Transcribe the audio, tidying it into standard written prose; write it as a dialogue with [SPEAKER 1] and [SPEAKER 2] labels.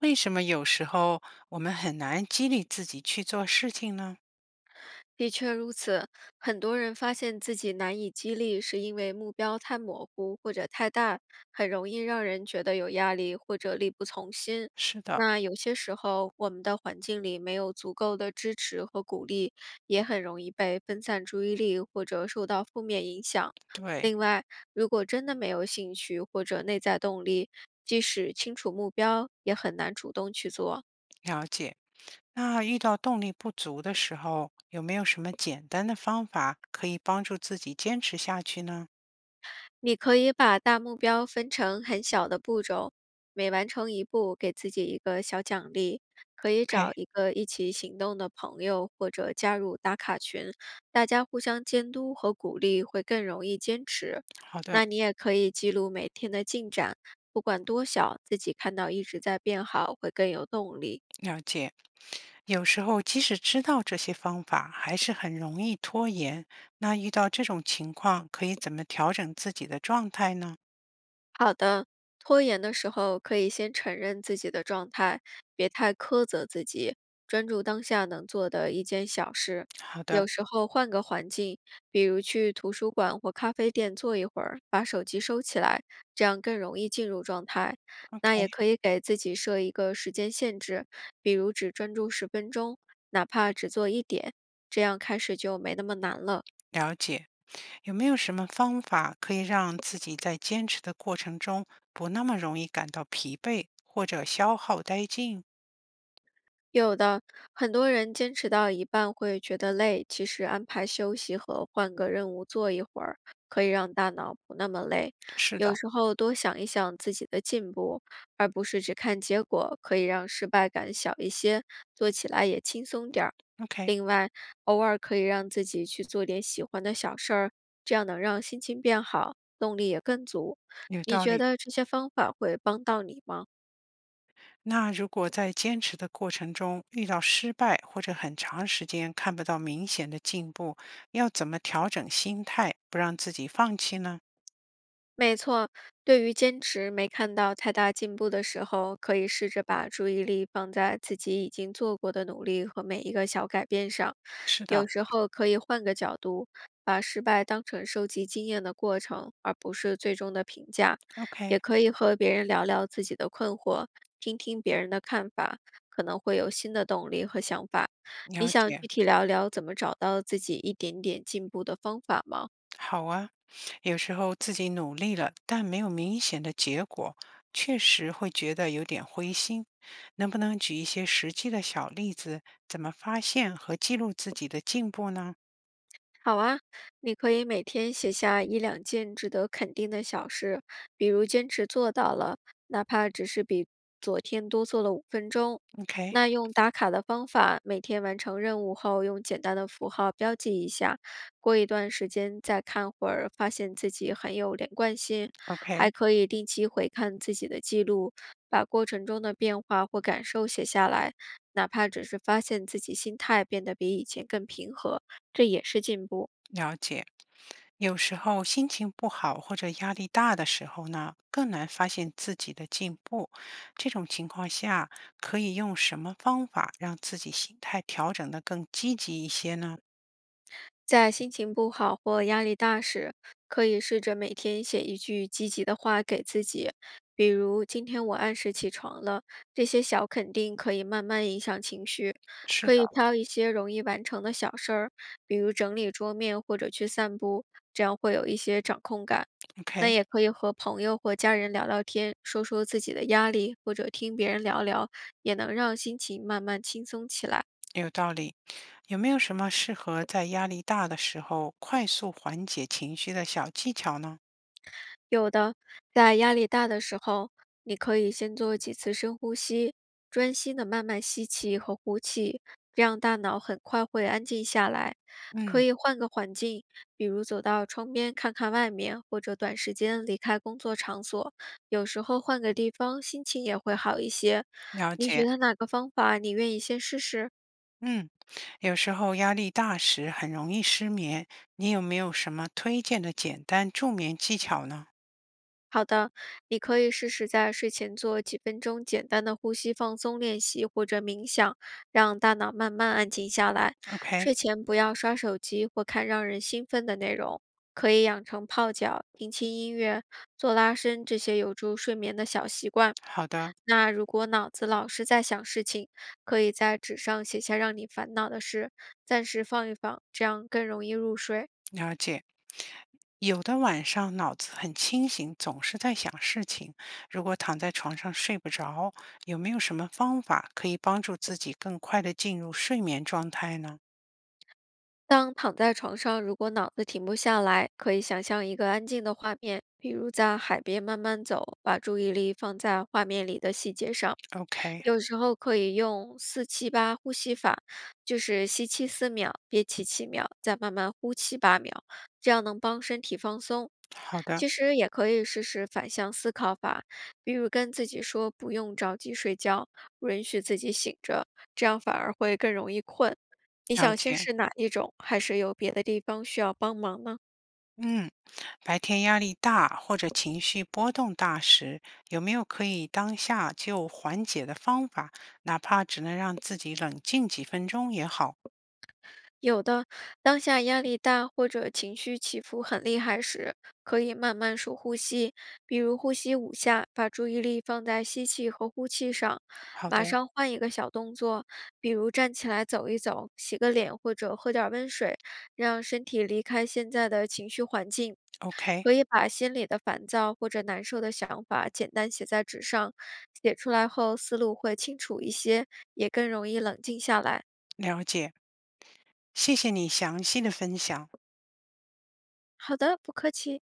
[SPEAKER 1] 为什么有时候我们很难激励自己去做事情呢？
[SPEAKER 2] 的确如此，很多人发现自己难以激励，是因为目标太模糊或者太大，很容易让人觉得有压力或者力不从心。
[SPEAKER 1] 是的，
[SPEAKER 2] 那有些时候，我们的环境里没有足够的支持和鼓励，也很容易被分散注意力或者受到负面影响。
[SPEAKER 1] 对，
[SPEAKER 2] 另外，如果真的没有兴趣或者内在动力，即使清楚目标，也很难主动去做。
[SPEAKER 1] 了解。那遇到动力不足的时候，有没有什么简单的方法可以帮助自己坚持下去呢
[SPEAKER 2] 你可以把大目标分成很小的步骤，每完成一步给自己一个小奖励。可以
[SPEAKER 1] ？OK，
[SPEAKER 2] 找一个一起行动的朋友，或者加入打卡群，大家互相监督和鼓励，会更容易坚持。
[SPEAKER 1] 好的，
[SPEAKER 2] 那你也可以记录每天的进展，不管多小，自己看到一直在变好，会更有动力。
[SPEAKER 1] 了解。有时候即使知道这些方法，还是很容易拖延。那遇到这种情况，可以怎么调整自己的状态呢？
[SPEAKER 2] 好的，拖延的时候可以先承认自己的状态，别太苛责自己，专注当下能做的一件小事。
[SPEAKER 1] 好的
[SPEAKER 2] 有时候换个环境，比如去图书馆或咖啡店坐一会儿，把手机收起来，这样更容易进入状态。那也
[SPEAKER 1] ，OK，
[SPEAKER 2] 可以给自己设一个时间限制，比如只专注10分钟，哪怕只做一点，这样开始就没那么难了。
[SPEAKER 1] 了解。有没有什么方法可以让自己在坚持的过程中不那么容易感到疲惫或者消耗殆尽？
[SPEAKER 2] 有的，很多人坚持到一半会觉得累，其实安排休息和换个任务做一会儿，可以让大脑不那么累。
[SPEAKER 1] 是
[SPEAKER 2] 有
[SPEAKER 1] 的，
[SPEAKER 2] 时候多想一想自己的进步，而不是只看结果，可以让失败感小一些，做起来也轻松点儿。
[SPEAKER 1] OK，
[SPEAKER 2] 另外，偶尔可以让自己去做点喜欢的小事儿，这样能让心情变好，动力也更足。
[SPEAKER 1] 有
[SPEAKER 2] 你
[SPEAKER 1] 道
[SPEAKER 2] 觉
[SPEAKER 1] 理。
[SPEAKER 2] 得这些方法会帮到你吗？
[SPEAKER 1] 那如果在坚持的过程中遇到失败，或者很长时间看不到明显的进步，要怎么调整心态，不让自己放弃呢？
[SPEAKER 2] 没错，对于坚持没看到太大进步的时候，可以试着把注意力放在自己已经做过的努力和每一个小改变上。
[SPEAKER 1] 是的。
[SPEAKER 2] 有时候可以换个角度，把失败当成收集经验的过程，而不是最终的评价。
[SPEAKER 1] OK，
[SPEAKER 2] 也可以和别人聊聊自己的困惑，听听别人的看法，可能会有新的动力和想法。你
[SPEAKER 1] 了
[SPEAKER 2] 想具
[SPEAKER 1] 解。
[SPEAKER 2] 体聊聊怎么找到自己一点点进步的方法吗？
[SPEAKER 1] 好啊，有时候自己努力了，但没有明显的结果，确实会觉得有点灰心。能不能举一些实际的小例子，怎么发现和记录自己的进步呢
[SPEAKER 2] 好啊，你可以每天写下一两件值得肯定的小事，比如坚持做到了，哪怕只是比昨天多做了5分钟。
[SPEAKER 1] ？OK，OK，
[SPEAKER 2] 那用打卡的方法，每天完成任务后，用简单的符号标记一下，过一段时间再看会儿，发现自己很有连贯性。还可以定期回看自己的记录，把过程中的变化或感受写下来，哪怕只是发现自己心态变得比以前更平和。这也是进步。
[SPEAKER 1] 了解。有时候心情不好或者压力大的时候呢，更难发现自己的进步。这种情况下，可以用什么方法让自己心态调整得更积极一些呢？
[SPEAKER 2] 在心情不好或压力大时，可以试着每天写一句积极的话给自己，比如“今天我按时起床了”。这些小肯定可以慢慢影响情绪。
[SPEAKER 1] 是
[SPEAKER 2] 可
[SPEAKER 1] 的
[SPEAKER 2] 以挑一些容易完成的小事儿，比如整理桌面或者去散步，这样会有一些掌控感。那
[SPEAKER 1] ，OK，
[SPEAKER 2] 也可以和朋友或家人聊聊天，说说自己的压力，或者听别人聊聊，也能让心情慢慢轻松起来。
[SPEAKER 1] 有道理。有没有什么适合在压力大的时候快速缓解情绪的小技巧呢？
[SPEAKER 2] 有的，在压力大的时候，你可以先做几次深呼吸，专心的慢慢吸气和呼气，这样大脑很快会安静下来。可
[SPEAKER 1] 嗯，
[SPEAKER 2] 以换个环境，比如走到窗边看看外面，或者短时间离开工作场所。有时候换个地方，心情也会好一些。
[SPEAKER 1] 了
[SPEAKER 2] 你
[SPEAKER 1] 解。
[SPEAKER 2] 觉得哪个方法你愿意先试试？
[SPEAKER 1] 嗯，有时候压力大时很容易失眠，你有没有什么推荐的简单助眠技巧呢
[SPEAKER 2] 好的，你可以试试在睡前做几分钟简单的呼吸放松练习或者冥想，让大脑慢慢安静下来。
[SPEAKER 1] ？OK，
[SPEAKER 2] 睡前不要刷手机或看让人兴奋的内容，可以养成泡脚、听轻音乐、做拉伸这些有助睡眠的小习惯。
[SPEAKER 1] 好的，
[SPEAKER 2] 那如果脑子老是在想事情，可以在纸上写下让你烦恼的事，暂时放一放，这样更容易入睡。
[SPEAKER 1] 了解。有的晚上脑子很清醒，总是在想事情。如果躺在床上睡不着，有没有什么方法可以帮助自己更快的进入睡眠状态呢
[SPEAKER 2] 当躺在床上，如果脑子停不下来，可以想象一个安静的画面，比如在海边慢慢走，把注意力放在画面里的细节上。
[SPEAKER 1] ？OK，
[SPEAKER 2] 有时候可以用四七八呼吸法，就是吸气4秒，憋气7秒，再慢慢呼气8秒，这样能帮身体放松。
[SPEAKER 1] 好的，
[SPEAKER 2] 其实也可以试试反向思考法，比如跟自己说不用着急睡觉，允许自己醒着，这样反而会更容易困。你
[SPEAKER 1] 了
[SPEAKER 2] 想先
[SPEAKER 1] 解。
[SPEAKER 2] 试哪一种，还是有别的地方需要帮忙呢？
[SPEAKER 1] 嗯，白天压力大或者情绪波动大时，有没有可以当下就缓解的方法？哪怕只能让自己冷静几分钟也好。
[SPEAKER 2] 有的，当下压力大或者情绪起伏很厉害时，可以慢慢数呼吸，比如呼吸5下，把注意力放在吸气和呼气上。
[SPEAKER 1] 好
[SPEAKER 2] 马
[SPEAKER 1] 的
[SPEAKER 2] 上换一个小动作，比如站起来走一走，洗个脸或者喝点温水，让身体离开现在的情绪环境。
[SPEAKER 1] ，OK，
[SPEAKER 2] 可以把心里的烦躁或者难受的想法简单写在纸上，写出来后思路会清楚一些，也更容易冷静下来。
[SPEAKER 1] 了解，谢谢你详细的分享。
[SPEAKER 2] 好的，不客气。